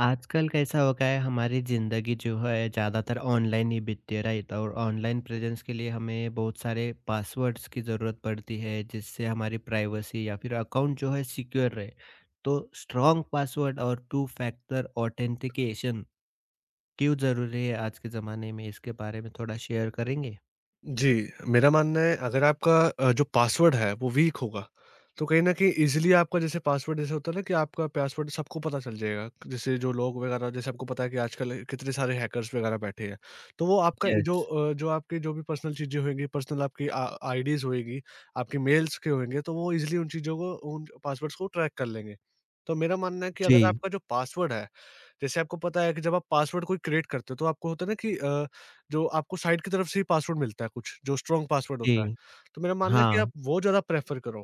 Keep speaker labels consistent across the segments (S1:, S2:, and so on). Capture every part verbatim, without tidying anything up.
S1: आजकल कैसा हो गया है हमारी ज़िंदगी जो है ज़्यादातर ऑनलाइन ही बीतती है, राइट? और ऑनलाइन प्रेजेंस के लिए हमें बहुत सारे पासवर्ड्स की ज़रूरत पड़ती है जिससे हमारी प्राइवेसी या फिर अकाउंट जो है सिक्योर रहे। तो स्ट्रॉन्ग पासवर्ड और टू फैक्टर ऑथेंटिकेशन क्यों ज़रूरी है आज के ज़माने में, इसके बारे में थोड़ा शेयर करेंगे?
S2: जी, मेरा मानना है अगर आपका अ, जो पासवर्ड है वो वीक होगा, तो कहीं न कहीं ईज़िली आपका जैसे पासवर्ड जैसे होता है ना कि आपका पासवर्ड सबको पता चल जाएगा। जैसे जो लोग वगैरह जैसे आपको पता है कि आजकल कितने सारे हैकर्स वगैरह बैठे हैं। तो वो आपका जो
S1: यस।
S2: अ, जो आपकी जो भी पर्सनल चीज़ें होंगी, पर्सनल आपकी आ आईडीज़ होएगी, आपके मेल्स के होंगे, तो वो ईज़िली उन चीज़ों को उन पासवर्ड्स को ट्रैक कर लेंगे। तो मेरा मानना है कि अगर
S1: जी,
S2: आपका जो पासवर्ड है, जैसे आपको पता है कि जब आप पासवर्ड कोई क्रिएट करते हो तो आपको होता है ना कि अ जो आपको साइट की तरफ से ही पासवर्ड मिलता है कुछ, जो स्ट्रॉन्ग पासवर्ड
S1: जी।
S2: होता है। तो मेरा मानना है कि
S1: हाँ,
S2: आप वो ज़्यादा प्रेफ़र करो,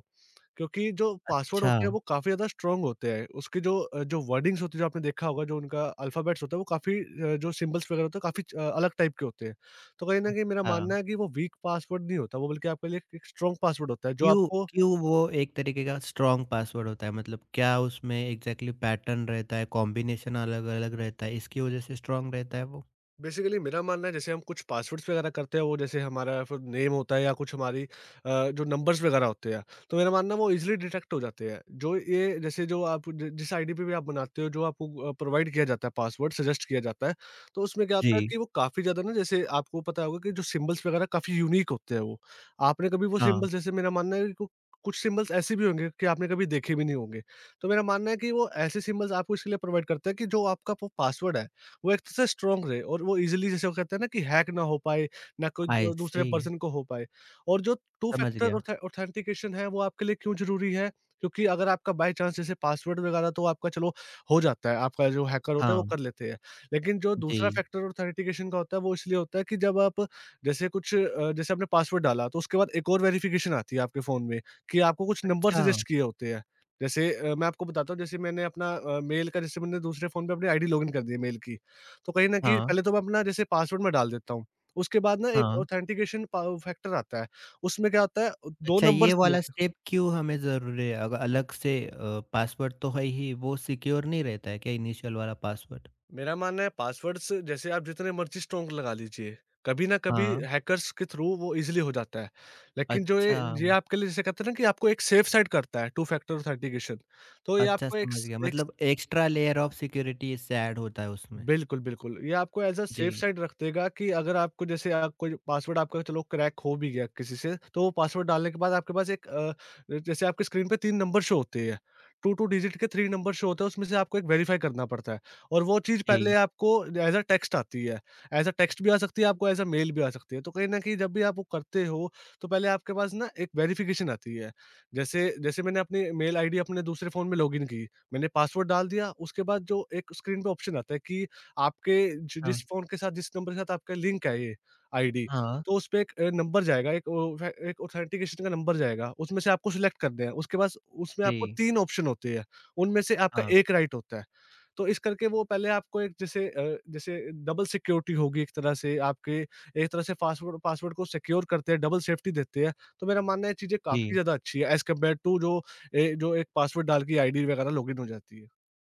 S2: क्योंकि जो पासवर्ड
S1: अच्छा,
S2: होते हैं वो काफ़ी ज़्यादा स्ट्रॉन्ग होते हैं। उसकी जो अ, जो वर्डिंग्स होती है, जो आपने देखा होगा, जो उनका अल्फ़ाबेट्स होता है वो काफ़ी अ, जो सिंबल्स वगैरह होते हैं काफ़ी अ, अलग टाइप के होते हैं। तो कहीं न कहीं मेरा
S1: अच्छा।
S2: मानना है कि वो वीक पासवर्ड नहीं होता, वो बल्कि आपके लिए एक स्ट्रॉन्ग पासवर्ड होता है जो
S1: क्यों
S2: आपको।
S1: क्यों वो एक तरीके का स्ट्रॉन्ग पासवर्ड होता है, मतलब क्या उसमें एग्जैक्टली पैटर्न रहता है, कॉम्बिनेशन अलग-अलग रहता है इसकी वजह से स्ट्रॉन्ग रहता है वो?
S2: बेसिकली मेरा मानना है, जैसे हम कुछ पासवर्ड्स वगैरह करते हैं, वो जैसे हमारा फिर नेम होता है या कुछ हमारी अ, जो नंबर्स वगैरह होते हैं। तो मेरा मानना है वो इजीली डिटेक्ट हो जाते हैं। जो ये जैसे जो आप जि- जिस आईडी पे भी आप बनाते हो, जो आपको प्रोवाइड किया जाता है पासवर्ड सजेस्ट किया जाता है, तो उसमें क्या होता है
S1: जी,
S2: कि वो काफ़ी ज़्यादा ना, जैसे आपको पता होगा कि जो सिम्बल्स वगैरह काफ़ी यूनिक होते हैं वो। आपने कभी वो
S1: हाँ,
S2: सिम्बल्स, जैसे मेरा मानना है कि कु- कुछ सिंबल्स ऐसे भी होंगे कि आपने कभी देखे भी नहीं होंगे। तो मेरा मानना है कि वो ऐसे सिंबल्स आपको इसलिए प्रोवाइड करता है कि जो आपका पासवर्ड है वो एक तरह से स्ट्रांग रहे, और वो इजीली, जैसे वो कहते हैं ना, कि हैक ना हो पाए, ना कोई
S1: आई
S2: जो दूसरे
S1: सी।
S2: पर्सन को हो पाए। और जो टू
S1: समझ
S2: फैक्टर
S1: गया।
S2: ऑथ ऑथेंटिकेशन है वो आपके लिए क्यों ज़रूरी है? क्योंकि अगर आपका बाय चांस जैसे पासवर्ड वगैरह तो आपका, चलो, हो जाता है, आपका जो हैकर होता है वो
S1: हाँ,
S2: कर लेते हैं। लेकिन जो दूसरा
S1: जी,
S2: फैक्टर ऑथेंटिकेशन का होता है वो इसलिए होता है कि जब आप, जैसे कुछ अ, जैसे आपने पासवर्ड डाला, तो उसके बाद एक और वेरिफिकेशन आती है आपके फ़ोन में, कि आपको कुछ नंबर
S1: अच्छा।
S2: सजेस्ट किए होते हैं। जैसे अ, मैं आपको बताता हूँ, जैसे मैंने अपना अ, मेल का, जैसे मैंने दूसरे फ़ोन पे अपनी आईडी लॉगिन कर दी है मेल की। तो कहीं न कहीं
S1: हाँ,
S2: पहले तो मैं अपना जैसे पासवर्ड मैं डाल देता हूँ। उसके बाद ना एक
S1: हाँ।
S2: ऑथेंटिकेशन पा फैक्टर आता है। उसमें क्या होता है, दो
S1: अच्छा, ये
S2: नंबर्स दिए
S1: वाला
S2: होते हैं।
S1: स्टेप क्यों हमें ज़रूरी है? अग अलग से अ, पासवर्ड तो है ही, वो सिक्योर नहीं रहता है क्या, इनिशियल वाला पासवर्ड?
S2: मेरा मानना है, पासवर्ड्स जैसे आप जितने मर्ज़ी स्ट्रॉन्ग लगा लीजिए, कभी ना कभी
S1: हाँ,
S2: हैकर्स के थ्रू वो ईज़िली हो जाता है। लेकिन जो ये
S1: अच्छा।
S2: ये आपके लिए, जैसे कहते हैं ना, कि आपको एक सेफ साइड करता है टू फैक्टर ऑथेंटिकेशन। तो ये
S1: अच्छा
S2: आपको एक
S1: समझ
S2: स
S1: गया,
S2: एक
S1: मतलब एक्स्ट्रा लेयर ऑफ सिक्योरिटी इससे ऐड होता है उसमें।
S2: बिल्कुल, बिल्कुल। ये आपको एज़ अ सेफ
S1: जी,
S2: साइड रख देगा कि अगर आपको, जैसे आप कोई पासवर्ड आपका, चलो, क्रैक हो भी गया किसी से, तो वो पासवर्ड डालने के बाद आपके पास एक अ, जैसे आपकी स्क्रीन पे तीन नंबर शो होते हैं। दो दो डिजिट के तीन नंबर शो होते हैं, उसमें से आपको एक वेरीफ़ाई करना पड़ता है, और वो चीज़ पहले
S1: जी,
S2: आपको एज़ अ टेक्स्ट आती है। एज़ अ टेक्स्ट भी आ सकती है, आपको एज़ अ मेल भी आ सकती है। तो कहीं न कहीं जब भी आप वो करते हो, तो पहले आपके पास ना एक वेरिफ़िकेशन आती है। जैसे जैसे मैंने अपनी मेल आईडी अपने दूसरे फ़ोन में लॉगिन की, मैंने पासवर्ड डाल दिया, उसके बाद जो एक स्क्रीन पे ऑप्शन आता है कि आपके जि जिस
S1: हाँ।
S2: फ़ोन के साथ, जिस नंबर के साथ आपका लिंक है ये आईडी,
S1: हाँ,
S2: तो उसपे एक अ, नंबर जाएगा, एक ओ फ एक ऑथेंटिकेशन का नंबर जाएगा, उसमें से आपको सिलेक्ट करना है। उसके बाद उसमें आपको
S1: जी।
S2: तीन ऑप्शन होते हैं, उनमें से आपका
S1: हाँ,
S2: एक राइट होता है। तो इस करके वो पहले आपको एक, जैसे अ, जैसे डबल सिक्योरिटी होगी एक तरह से, आपके एक तरह से पासवर्ड पासवर्ड को सिक्योर करते हैं, डबल सेफ्टी देते हैं। तो मेरा मानना है ये चीज़ें काफ़ी
S1: जी।
S2: ज़्यादा अच्छी है एज़ कम्पेयर टू जो ए जो एक पासवर्ड डाल के आईडी वगैरह लॉगिन हो जाती है।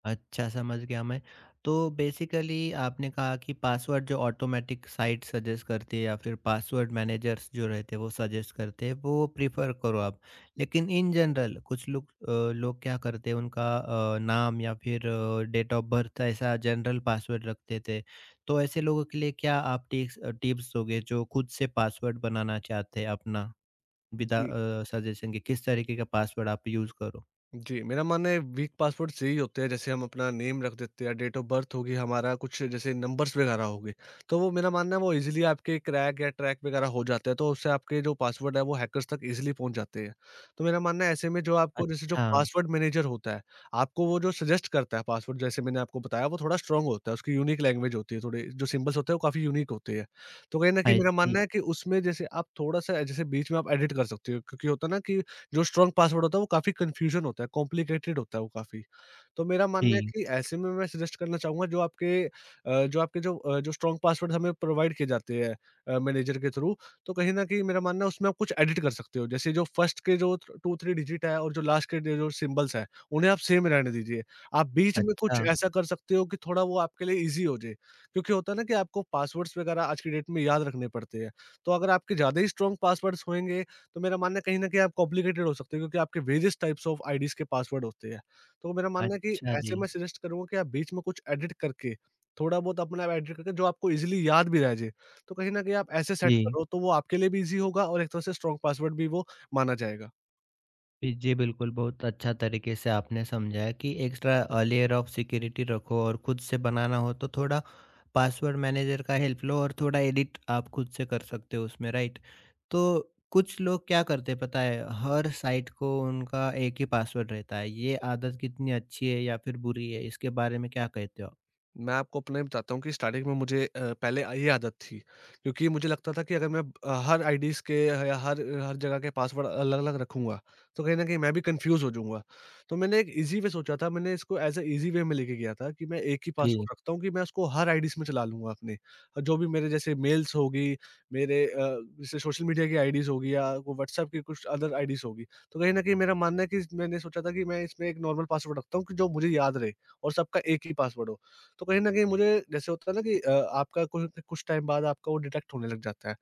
S1: अच्छा, समझ गया मैं। तो बेसिकली आपने कहा कि पासवर्ड जो ऑटोमैटिक साइट सजेस्ट करती है या फिर पासवर्ड मैनेजर्स जो रहते हैं वो सजेस्ट करते हैं, वो प्रेफ़र करो आप। लेकिन इन जनरल कुछ लोग अ, लोग क्या करते हैं, उनका अ, नाम या फिर डेट ऑफ बर्थ ऐसा जनरल पासवर्ड रखते थे। तो ऐसे लोगों के लिए क्या आप टिक्स अ, टिप्स दोगे जो खुद से पासवर्ड बनाना चाहते हैं अपना? विदा
S2: जी।
S1: अ, सजेशन के किस तरीके का पासवर्ड आप यूज़ करो?
S2: जी, मेरा मानना है वीक पासवर्ड्स यही होते हैं, जैसे हम अपना नेम रख देते हैं, डेट ऑफ बर्थ होगी, हमारा कुछ जैसे नंबर्स वगैरह हो गए, तो वो, मेरा मानना है, वो ईज़िली आपके क्रैक या ट्रैक वगैरह हो जाता है, तो उससे आपके जो पासवर्ड है वो हैकर्स तक ईज़िली पहुँच जाते हैं। तो मेरा मानना है, ऐसे में जो आपको, जैसे जो
S1: अच्छा,
S2: पासवर्ड मैनेजर होता है, आपको वो जो सजेस्ट करता है पासवर्ड, जैसे मैंने आपको बताया, वो थोड़ा स्ट्रॉन्ग होता है, उसकी यूनिक लैंग्वेज होती है, थोड़े जो सिंबल्स होते हैं वो काफ़ी यूनिक होते हैं। तो कहीं न कहीं मेरा
S1: ऐसी।
S2: मानना है कि उसमें, जैसे आप थोड़ा-सा, जैसे बीच में आप एडिट कर सकते हो, क्योंकि होता है ना कि जो स्ट्रांग पासवर्ड होता है वो काफ़ी कन्फ्यूज़न होता है, कॉम्प्लिकेटेड होता है वो काफ़ी। तो मेरा मानना है
S1: जी।
S2: कि ऐसे में मैं सजेस्ट करना चाहूँगा, जो आपके अ, जो आपके जो अ, जो स्ट्रॉन्ग पासवर्ड हमें प्रोवाइड किए जाते हैं अ, मैनेजर के थ्रू, तो कहीं न कहीं मेरा मानना है उसमें आप कुछ एडिट कर सकते हो। जैसे जो फर्स्ट के जो दो तीन डिजिट है और जो लास्ट के जो सिंबल्स हैं, उन्हें आप सेम रहने दीजिए। आप बीच में
S1: अच्छा,
S2: कुछ ऐसा कर सकते हो कि थोड़ा वो आपके लिए ईज़ी हो जाए। क्योंकि होता है ना कि आपको पासवर्ड्स वगैरह आज की डेट में याद रखने पड़ते हैं। तो अगर आपके ज़्यादा ही स्ट्रॉन्ग पासवर्ड्स होंगे, तो मेरा मानना है कहीं न कहीं आप कॉम्प्लिकेटेड हो सकते हो, क्योंकि आपके वेरियस टाइप्स ऑफ आईडीज़ के पासवर्ड होते हैं। तो मेरा मानना है कि
S1: अच्छा
S2: ऐसे
S1: जी।
S2: मैं सजेस्ट करूँगा कि आप बीच में कुछ एडिट करके, थोड़ा बहुत अपना एडिट करके, जो आपको ईज़िली याद भी रह जाए, तो कहीं न कहीं आप ऐसे सेट
S1: जी,
S2: करो, तो वो आपके लिए भी ईज़ी होगा और एक तरह से स्ट्रॉन्ग पासवर्ड भी वो माना जाएगा।
S1: जी, जी, बिल्कुल, बहुत अच्छा तरीके से आपने समझाया कि extra uh, layer of security रखो और खुद से बनाना हो तो थोड़ा पासवर्ड मैनेजर का हेल्प लो और थोड़ा एडिट आप खुद से कर सकते हो उसमें, राइट? तो कुछ लोग क्या करते हैं पता है, हर साइट को उनका एक ही पासवर्ड रहता है। ये आदत कितनी अच्छी है या फिर बुरी है, इसके बारे में क्या कहते हो आप?
S2: मैं आपको अपने बताता हूँ कि स्टार्टिंग में मुझे अ, पहले ये आदत थी, क्योंकि मुझे लगता था कि अगर मैं अ, हर आईडीज़ के या हर हर जगह के पासवर्ड अलग-अलग रखूँगा, तो कहीं न कहीं मैं भी कन्फ्यूज़ हो जाऊँगा। तो मैंने एक ईज़ी वे सोचा था, मैंने इसको एज़ अ ईज़ी वे में लेके गया था कि मैं एक ही
S1: जी,
S2: पासवर्ड रखता हूँ, कि मैं उसको हर आईडीज़ में चला लूँगा अपने। अ, जो भी मेरे, जैसे मेल्स होगी, मेरे अ, जैसे सोशल मीडिया की आईडीज़ होगी, या वो व्हाट्सएप की कुछ अदर आईडीज़ होगी। तो कहीं न कहीं मेरा मानना है कि मैंने सोचा था कि मैं इसमें एक नॉर्मल पासवर्ड रखता हूँ, कि जो मुझे याद रहे और सबका एक ही पासवर्ड हो। तो कहीं न कहीं मुझे, जैसे होता है ना कि अ, आपका कुछ न कुछ टाइम बाद आपका वो डिटेक्ट होने लग जाता है।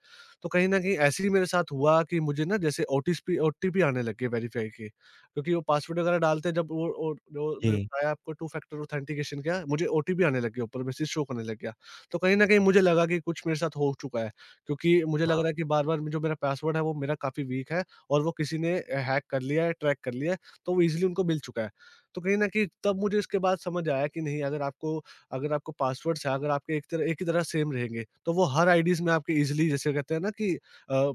S2: तो कहीं न कहीं ऐसे ही मेरे साथ हुआ कि मुझे ना, जैसे ओटीस्पी ओ टी पी आने लग गए वेरीफाई के, क्योंकि वो पासवर्ड वगैरह डालते हैं जब वो, और जो मैंने
S1: जी।
S2: बताया आपको टू फैक्टर ऑथेंटिकेशन का, मुझे ओ टी पी आने लग गया, ऊपर मैसेज शो करने लग गया। तो कहीं न कहीं मुझे लगा कि कुछ मेरे साथ हो चुका है, क्योंकि मुझे लग
S1: हाँ,
S2: रहा है कि बार-बार जो मेरा पासवर्ड है वो मेरा काफ़ी वीक है, और वो किसी ने अ, हैक कर लिया है, ट्रैक कर लिया है, तो वो ईज़िली उनको मिल चुका है। तो कहीं न कहीं तब मुझे इसके बाद समझ आया कि नहीं, अगर आपको अगर आपको पासवर्ड्स है, अगर आपके एक तरह एक ही तरह सेम रहेंगे, तो वो हर आईडीज़ में आपके ईज़िली, जैसे कहते हैं ना कि अ,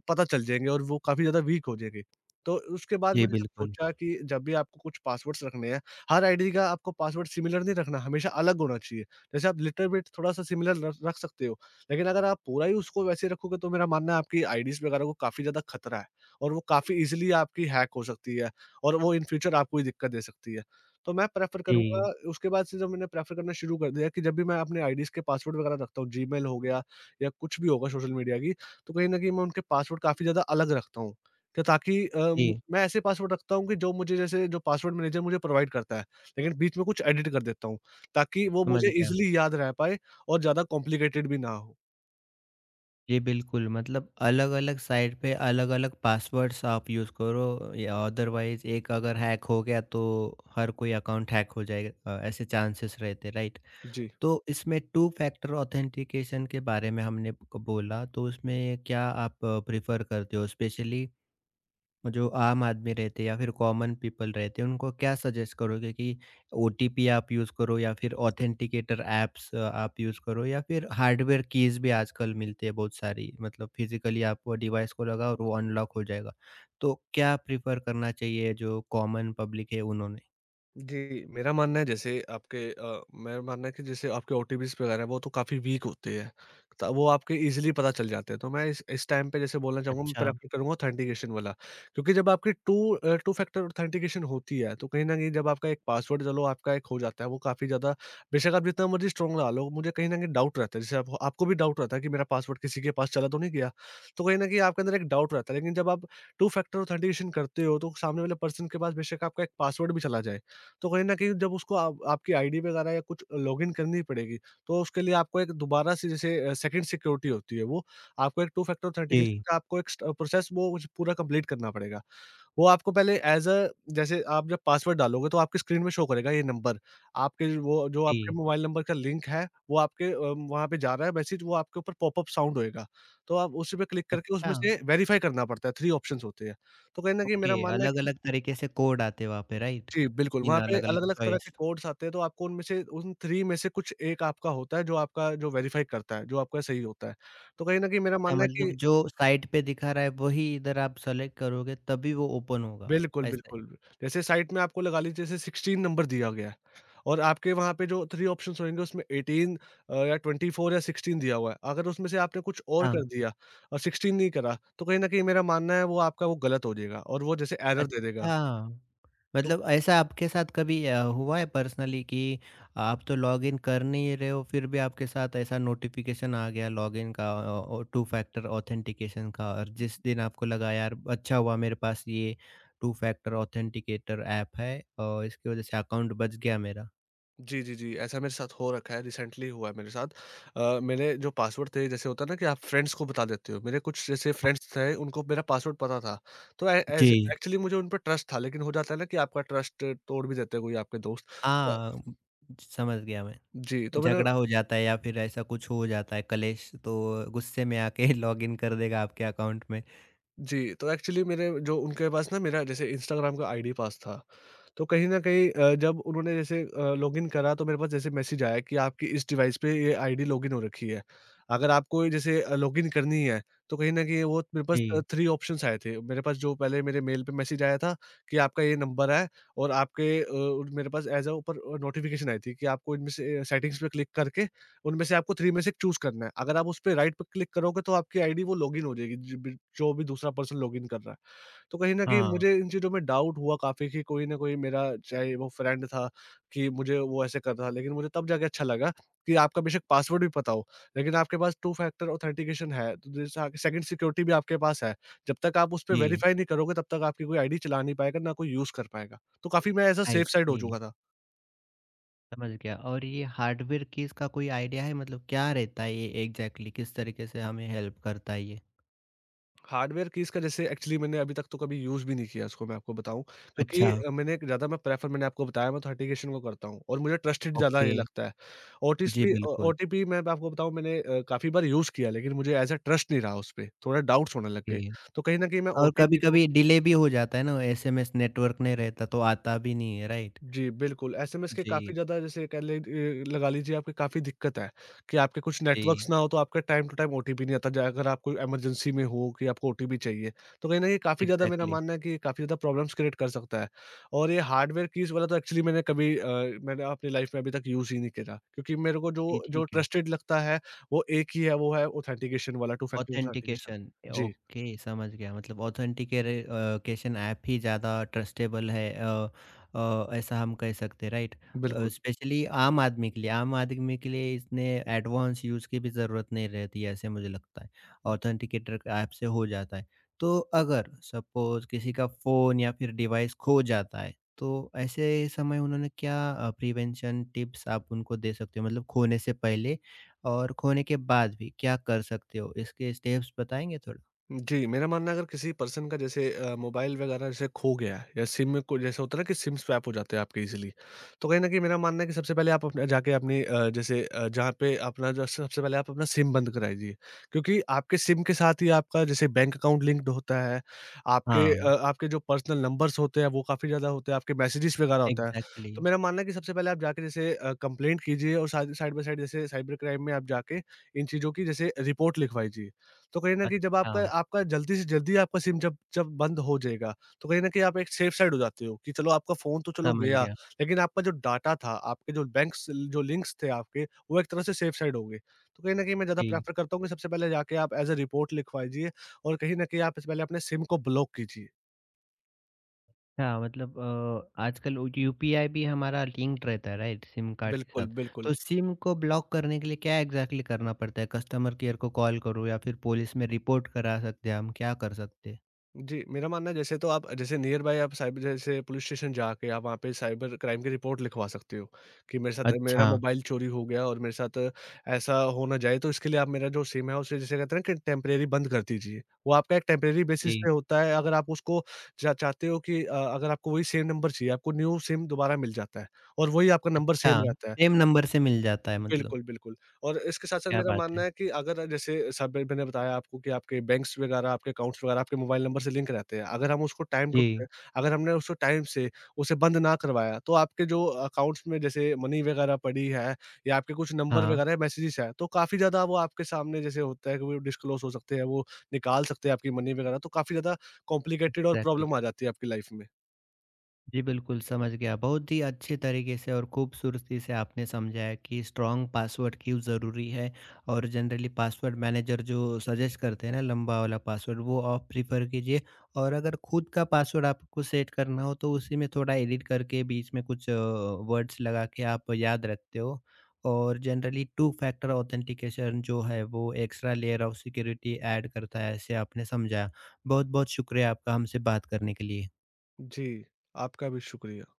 S2: पता चल जाएँगे और वो काफ़ी ज़्यादा वीक हो जाएँगे। तो उसके बाद
S1: जी,
S2: मैंने जब
S1: बिल्कुल।
S2: सोचा कि जब भी आपको कुछ पासवर्ड्स रखने हैं, हर आईडी का आपको पासवर्ड सिमिलर नहीं रखना, हमेशा अलग होना चाहिए। जैसे आप लिटिल बिट थोड़ा-सा सिमिलर रख रख सकते हो, लेकिन अगर आप पूरा ही उसको वैसे रखोगे तो मेरा मानना है आपकी आईडीज़ वगैरह को काफ़ी ज़्यादा खतरा है, और वो काफ़ी ईज़िली आपकी हैक हो सकती है, और वो इन फ्यूचर आपको ही दिक्कत दे सकती है। तो मैं प्रेफ़र करूँगा,
S1: जी,
S2: उसके बाद से जब मैंने प्रेफ़र करना शुरू कर दिया कि जब भी मैं अपने आईडीज़ के पासवर्ड वग़ैरह रखता हूँ, जीमेल हो गया या कुछ भी होगा सोशल मीडिया की, तो कहीं न कहीं मैं उनके पासवर्ड काफ़ी ज़्यादा अलग रखता हूँ। क्या ताकि अ, मु-
S1: जी,
S2: मैं ऐसे पासवर्ड रखता हूँ कि जो मुझे जैसे जो पासवर्ड मैनेजर मुझे प्रोवाइड करता है, लेकिन बीच में कुछ एडिट कर देता हूँ, ताकि वो
S1: समझ
S2: मुझे
S1: गया।
S2: ईज़िली याद रह पाए और ज़्यादा कॉम्प्लिकेटेड भी ना हो।
S1: जी, बिल्कुल। मतलब अलग-अलग साइट पे अलग-अलग पासवर्ड्स आप यूज़ करो, या अदरवाइज़ एक अगर हैक हो गया तो हर कोई अकाउंट हैक हो जाएगा, अ, ऐसे चांसेस रहते, राइट।
S2: जी।
S1: तो इसमें टू फैक्टर ऑथेंटिकेशन के बारे में हमने क बोला, तो उसमें क्या आप प्रेफ़र करते हो? स्पेशली जो आम आदमी रहते हैं या फिर कॉमन पीपल रहते हैं उनको क्या सजेस्ट करोगे कि ओटीपी आप यूज़ करो या फिर ऑथेंटिकेटर ऐप्स आप यूज़ करो या फिर हार्डवेयर कीज़ भी आजकल मिलती है बहुत सारी, मतलब फिजिकली आप वो डिवाइस को लगाओ और वो अनलॉक हो जाएगा। तो क्या प्रेफ़र करना चाहिए जो कॉमन पब्लिक है उन्होंने?
S2: जी, मेरा मानना है जैसे आपके अ, मेरा मानना है कि जैसे आपके ओटीपीज़ वगैरह हैं, वो तो काफ़ी वीक होते हैं। त वो आपके ईज़िली पता चल जाते हैं, तो मैं इस इस टाइम पे जैसे बोलना चाहूँगा, मैं
S1: अच्छा।
S2: प्रेफ़र करूँगा ऑथेंटिकेशन वाला। क्योंकि जब आपकी two uh, two factor authentication होती है, तो कहीं न कहीं जब आपका एक पासवर्ड चलो आपका एक हो जाता है, वो काफ़ी ज़्यादा बेशक आप जितना मर्ज़ी स्ट्रॉन्ग लगा लो, मुझे कहीं न कहीं डाउट रहता है। जैसे आपको आपको भी डाउट रहता है कि मेरा पासवर्ड किसी के पास चला तो नहीं गया? तो कहीं न कहीं आपके अंदर एक डाउट रहता है, लेकिन जब आप टू फैक्टर ऑथेंटिकेशन करते हो, तो सामने वाले पर्सन के पास बेशक आपका एक पासवर्ड भी चला जाए, तो कहीं न कहीं जब उसको आप आपकी आईडी वगैरह या कुछ लॉगिन करनी पड़ेगी, तो उसके लिए आपको एक दोबारा से जैसे अ, सेकंड सिक्योरिटी होती है वो, आपको एक टू फैक्टर ऑथेंटिकेशन
S1: जी,
S2: का आपको एक स्ट प्रोसेस वो कुछ पूरा कंप्लीट करना पड़ेगा। वो आपको पहले ऐज़ अ जैसे आप जब पासवर्ड डालोगे तो आपकी स्क्रीन में शो करेगा ये नंबर, आपके जो- वो जो आपके
S1: जी।
S2: मोबाइल नंबर का लिंक है, वो आपके अ, वहाँ पे जा रहा है मैसेज, वो आपके ऊपर पॉपअप साउंड होएगा। तो आप उसी पे क्लिक करके उसमें
S1: अच्छा,
S2: से वेरीफाई करना पड़ता है, ट्री ऑप्शंस होते हैं। तो कहीं न कहीं मेरा
S1: ओके,
S2: मानना है कि।
S1: अलग-अलग तरीके से कोड आते हैं वहाँ पे, राइट?
S2: जी, बिल्कुल,
S1: तीन
S2: वहाँ पे
S1: अलग-अलग
S2: अलग-अलग तरह के
S1: चॉइस।
S2: कोड्स आते हैं, तो आपको उनमें से उन ट्री में से कुछ एक आपका होता है, जो आपका जो वेरीफ़ाई करता है, जो आपका सही होता है। तो कहीं न कहीं मेरा
S1: अच्छा,
S2: मानना है
S1: मतलब
S2: कि।
S1: जो साइट पे दिखा रहा है वही इधर आप सेलेक्ट करोगे तभी वो ओपन होगा,
S2: बिल्कुल,
S1: ऐसा ही?
S2: बिल्कुल। जैसे साइट में आपको लगा लीजिए जैसे सिक्सटीन नंबर दिया गया है और आपके वहाँ पे जो ट्री ऑप्शंस होंगे उसमें एटीन अ, या ट्वेंटी फ़ोर या सिक्सटीन दिया हुआ है। अगर उसमें से आपने कुछ और
S1: हाँ,
S2: कर दिया और सिक्सटीन नहीं करा, तो कहीं न कहीं मेरा मानना है वो आपका वो गलत हो जाएगा और वो जैसे एरर दे देगा।
S1: अच्छा।
S2: तो।
S1: मतलब ऐसा आपके साथ कभी अ, हुआ है पर्सनली कि आप तो लॉगिन कर नहीं रहे हो, फिर भी आपके साथ ऐसा नोटिफ़िकेशन आ गया लॉगिन का अ, और टू फैक्टर ऑथेंटिकेशन का, और जिस दिन आपको लगा यार, अच्छा हुआ मेरे पास ये टू फैक्टर ऑथेंटिकेटर ऐप है और इसकी वज़ह से अकाउंट बच गया मेरा।
S2: जी, जी, जी। ऐसा मेरे साथ हो रखा है, रिसेंटली हुआ है मेरे साथ। अ, मेरे जो पासवर्ड थे जैसे होता है ना कि आप फ्रेंड्स को बता देते हो। मेरे कुछ जैसे फ्रेंड्स थे उनको मेरा पासवर्ड पता था। तो ए
S1: जी।
S2: एज़ एक्चुअली मुझे उन पे ट्रस्ट था, लेकिन हो जाता है ना कि आपका ट्रस्ट तोड़ भी देते हैं कोई आपके दोस्त। तो।
S1: हाँ, समझ गया मैं।
S2: जी, तो मैंने।
S1: झगड़ा हो जाता है या फिर ऐसा कुछ हो जाता है कलेश, तो गुस्से में आके लॉगिन कर देगा आपके अकाउंट में।
S2: जी, तो एक्चुअली मेरे जो उनके पास ना मेरा जैसे इंस्टाग्राम का आईडी पास था। तो कहीं न कहीं अ, जब उन्होंने जैसे अ, लॉगिन करा, तो मेरे पास जैसे मैसेज आया कि आपकी इस डिवाइस पे ये आईडी लॉगिन हो रखी है। अगर आपको ये जैसे अ, लॉगिन करनी है, तो कहीं न कहीं वो मेरे पास अ,
S1: जी।
S2: ट्री ऑप्शंस आए थे। मेरे पास जो पहले मेरे मेल पे मैसेज आया था कि आपका ये नंबर है और आपके अ, उन- मेरे पास एज़ अ ऊपर अ, नोटिफ़िकेशन आई थी कि आपको इनमें से अ, सेटिंग्स पे क्लिक करके उनमें से आपको ट्री में से एक चूज़ करना है। अगर आप उस पे राइट पे क्लिक करोगे तो आपकी आईडी वो लॉगिन हो जाएगी, ज बि जो भी दूसरा पर्सन लॉगिन कर रहा है। तो कहीं न कहीं
S1: हाँ,
S2: मुझे इन चीज़ों में डाउट हुआ काफ़ी कि कोई न कोई मेरा चाहे वो फ्रेंड था कि मुझे वो ऐसे कर रहा था। लेकिन मुझे तब जाके अच्छा लगा कि आपका बेशक पासवर्ड भी पता हो, लेकिन आपके पास टू फैक्टर ऑथेंटिकेशन है, तो जैसे आगे सेकंड सिक्योरिटी भी आपके पास है। जब तक आप उस पे
S1: जी।
S2: वेरीफाई नहीं करोगे तब तक आपकी कोई आईडी चला नहीं पाएगा, ना कोई यूज़ कर पाएगा। तो काफ़ी मैं as a
S1: I
S2: safe side हो
S1: सी,
S2: चुका था।
S1: समझ गया। और ये हार्डवेयर की, इसका कोई आइडिया है, मतलब क्या रहता है ये एग्ज़ैक्टली, किस तरीके से हमें हेल्प करता है ये?
S2: हार्डवेयर कीज़ का जैसे एक्चुअली मैंने अभी तक तो कभी यूज़ भी नहीं किया उसको, मैं आपको बताऊँ क्योंकि
S1: अच्छा,
S2: अ, मैंने एक ज़्यादा मैं प्रेफ़र मैंने आपको बताया मैं ऑथेंटिकेशन को करता हूँ और मुझे ट्रस्टेड ज़्यादा
S1: ओके।
S2: ये लगता है।
S1: जी,
S2: ओटीस्पी ओ
S1: बिल्कुल।
S2: ओटीपी मैं आपको बताऊँ मैंने अ, काफ़ी बार यूज़ किया, लेकिन मुझे एज़ अ ट्रस्ट नहीं रहा उस पे, थोड़ा डाउट्स होने लग गए।
S1: जी।
S2: तो कहीं न कहीं मैं
S1: और
S2: ओटीपी को।
S1: कभी-कभी डिले भी हो जाता है ना, एसएमएस नेटवर्क नहीं रहता तो आता भी नहीं है, राइट?
S2: जी, बिल्कुल, एसएमएस के काफ़ी
S1: जी,
S2: ज़्यादा जैसे कह ले अ, लगा लीजिए आपकी काफ़ी दिक्कत है कि आपके कुछ
S1: जी।
S2: नेटवर्क्स ना हो तो आपका टाइम टू टाइम ओटीपी नहीं आता, ज अगर आप कोई इमरजेंसी में हो कि आपको ओटीपी चाहिए। तो कहीं न कहीं काफ़ी ज़्यादा मेरा
S1: एग्ज़ैक्टली।
S2: मानना है कि काफ़ी ज़्यादा प्रॉब्लम्स क्रिएट कर सकता है। और ये हार्डवेयर कीज़ वाला तो एक्चुअली मैंने कभी अ, मैंने अपनी लाइफ़ में अभी तक यूज़ ही नहीं करा क्योंकि मेरे को जो
S1: जी,
S2: जो
S1: ठीक है।
S2: ट्रस्टेड लगता है, वो एक ही है, वो है ऑथेंटिकेशन वाला, टू फैक्टर ऑथेंटिकेशन।
S1: ऑथेंटिकेशन
S2: जी,
S1: ओके, समझ गया। मतलब ऑथेंटिकेरे अ, केशन ऐप ही ज़्यादा ट्रस्टेबल है, अ, अ, ऐसा हम कह सकते हैं, राइट?
S2: बिल्कुल।
S1: स्पेशली आम आदमी के लिए, आम आदमी के लिए इसने एडवांस यूज़ की भी ज़रूरत नहीं रहती है, ऐसे मुझे लगता है। ऑथेंटिकेटर ऐप से हो जाता है। तो अगर सपोज किसी का फ़ोन या फिर डिवाइस खो जाता है, तो ऐसे समय उन्होंने क्या प्रिवेंशन टिप्स आप उनको दे सकते हो, मतलब खोने से पहले और खोने के बाद भी क्या कर सकते हो? इसके स्टेप्स बताएँगे थोड़ा?
S2: जी, मेरा मानना है अगर किसी पर्सन का जैसे अ, मोबाइल वगैरह जैसे खो गया है या सिम में को जैसे होता है ना कि सिम स्वैप हो जाते हैं आपके ईज़िली। तो कहीं न कहीं मेरा मानना है कि सबसे पहले आप अपने जाके अपनी अ, जैसे अ, जहाँ पे अपना जो सबसे पहले आप अपना सिम बंद कराइए। क्योंकि आपके सिम के साथ ही आपका जैसे बैंक अकाउंट लिंक्ड होता है, आपके अ,
S1: हाँ,
S2: आपके जो पर्सनल नंबर्स होते हैं वो काफ़ी ज़्यादा होते हैं, आपके मैसेजेस वगैरह होता है।
S1: एग्ज़ैक्टली।
S2: तो मेरा मानना है कि सबसे पहले आप जाके जैसे अ, कंप्लेंट कीजिए और साथ साइड बाय साइड जैसे साइबर क्राइम में आप जाके इन चीज़ों की जैसे रिपोर्ट लिखवाइए। तो कहीं न कहीं जब आपका
S1: अच्छा,
S2: आपका जल्दी से जल्दी आपका सिम जब जब बंद हो जाएगा, तो कहीं न कहीं आप एक सेफ साइड हो जाते हो कि चलो आपका फ़ोन तो चलो
S1: समझ
S2: गया,
S1: गया।
S2: लेकिन आपका जो डाटा था, आपके जो बैंक्स जो लिंक्स थे आपके, वो एक तरह से सेफ साइड हो गए। तो कहीं न कहीं मैं ज़्यादा
S1: जी,
S2: प्रेफ़र करता हूँ कि सबसे पहले जाके आप एज़ अ रिपोर्ट लिखवाइए और कहीं न कहीं आप इससे पहले अपने सिम को ब्लॉक कीजिए।
S1: अच्छा। मतलब अ, आजकल वो यूपीआई भी हमारा लिंक्ड रहता है, राइट, सिम कार्ड के
S2: बिल्कुल,
S1: साथ।
S2: बिल्कुल।
S1: तो सिम को ब्लॉक करने के लिए क्या एग्ज़ैक्टली करना पड़ता है? कस्टमर केयर को कॉल करो या फिर पुलिस में रिपोर्ट करा सकते हैं हम, क्या कर सकते हैं?
S2: जी, मेरा मानना है जैसे तो आप जैसे नियर बाय आप साइबर जैसे पुलिस स्टेशन जाके आप वहाँ पे साइबर क्राइम की रिपोर्ट लिखवा सकते हो, कि मेरे साथ मेरा
S1: अच्छा,
S2: मोबाइल चोरी हो गया और मेरे साथ ऐसा हो ना जाए, तो इसके लिए आप मेरा जो सिम है उसे जिसे कहते हैं ना कि टेम्परेरी बंद कर दीजिए। वो आपका एक टेम्परेरी बेसिस
S1: जी,
S2: पे होता है, अगर आप उसको चा चाहते हो कि अ, अगर आपको वही सेम नंबर चाहिए, आपको न्यू सिम दोबारा मिल जाता है और वही आपका नंबर
S1: अच्छा।
S2: सेम रहता है।
S1: सेम नंबर से मिल जाता है मतलब,
S2: बिल्कुल, बिल्कुल। और इसके साथ-साथ
S1: क्या
S2: मेरा
S1: बात
S2: मानना
S1: है।
S2: है कि अगर जैसे सब मैंने बताया आपको कि आपके बैंक्स वगैरह, आपके अकाउंट्स वगैरह आपके मोबाइल नंबर से लिंक रहते हैं। अगर हम उसको टाइम टू
S1: जी,
S2: अगर हमने उसको टाइम से उसे बंद ना करवाया, तो आपके जो अकाउंट्स में जैसे मनी वगैरह पड़ी है या आपके कुछ नंबर
S1: हाँ,
S2: वगैरह मैसेजेस हैं, तो काफ़ी ज़्यादा वो आपके सामने जैसे होता है कि वो डिस्क्लोज़ हो सकते हैं, वो निकाल सकते हैं आपकी मनी वगैरह, तो काफ़ी ज़्यादा कॉम्प्लिकेटेड और
S1: एग्ज़ैक्टली।
S2: प्रॉब्लम आ जाती है आपकी लाइफ़ में।
S1: जी, बिल्कुल समझ गया। बहुत ही अच्छे तरीके से और खूबसूरती से आपने समझाया कि स्ट्रॉन्ग पासवर्ड क्यों ज़रूरी है, और जनरली पासवर्ड मैनेजर जो सजेस्ट करते हैं ना लंबा वाला पासवर्ड वो आप प्रिफ़र कीजिए, और अगर खुद का पासवर्ड आपको सेट करना हो तो उसी में थोड़ा एडिट करके बीच में कुछ अ, वर्ड्स लगा के आप याद रखते हो। और जनरली टू फैक्टर ऑथेंटिकेशन जो है वो extra layer of security add करता है, ऐसे आपने समझाया। बहुत-बहुत शुक्रिया आपका हमसे बात करने के लिए।
S2: जी, आपका भी शुक्रिया।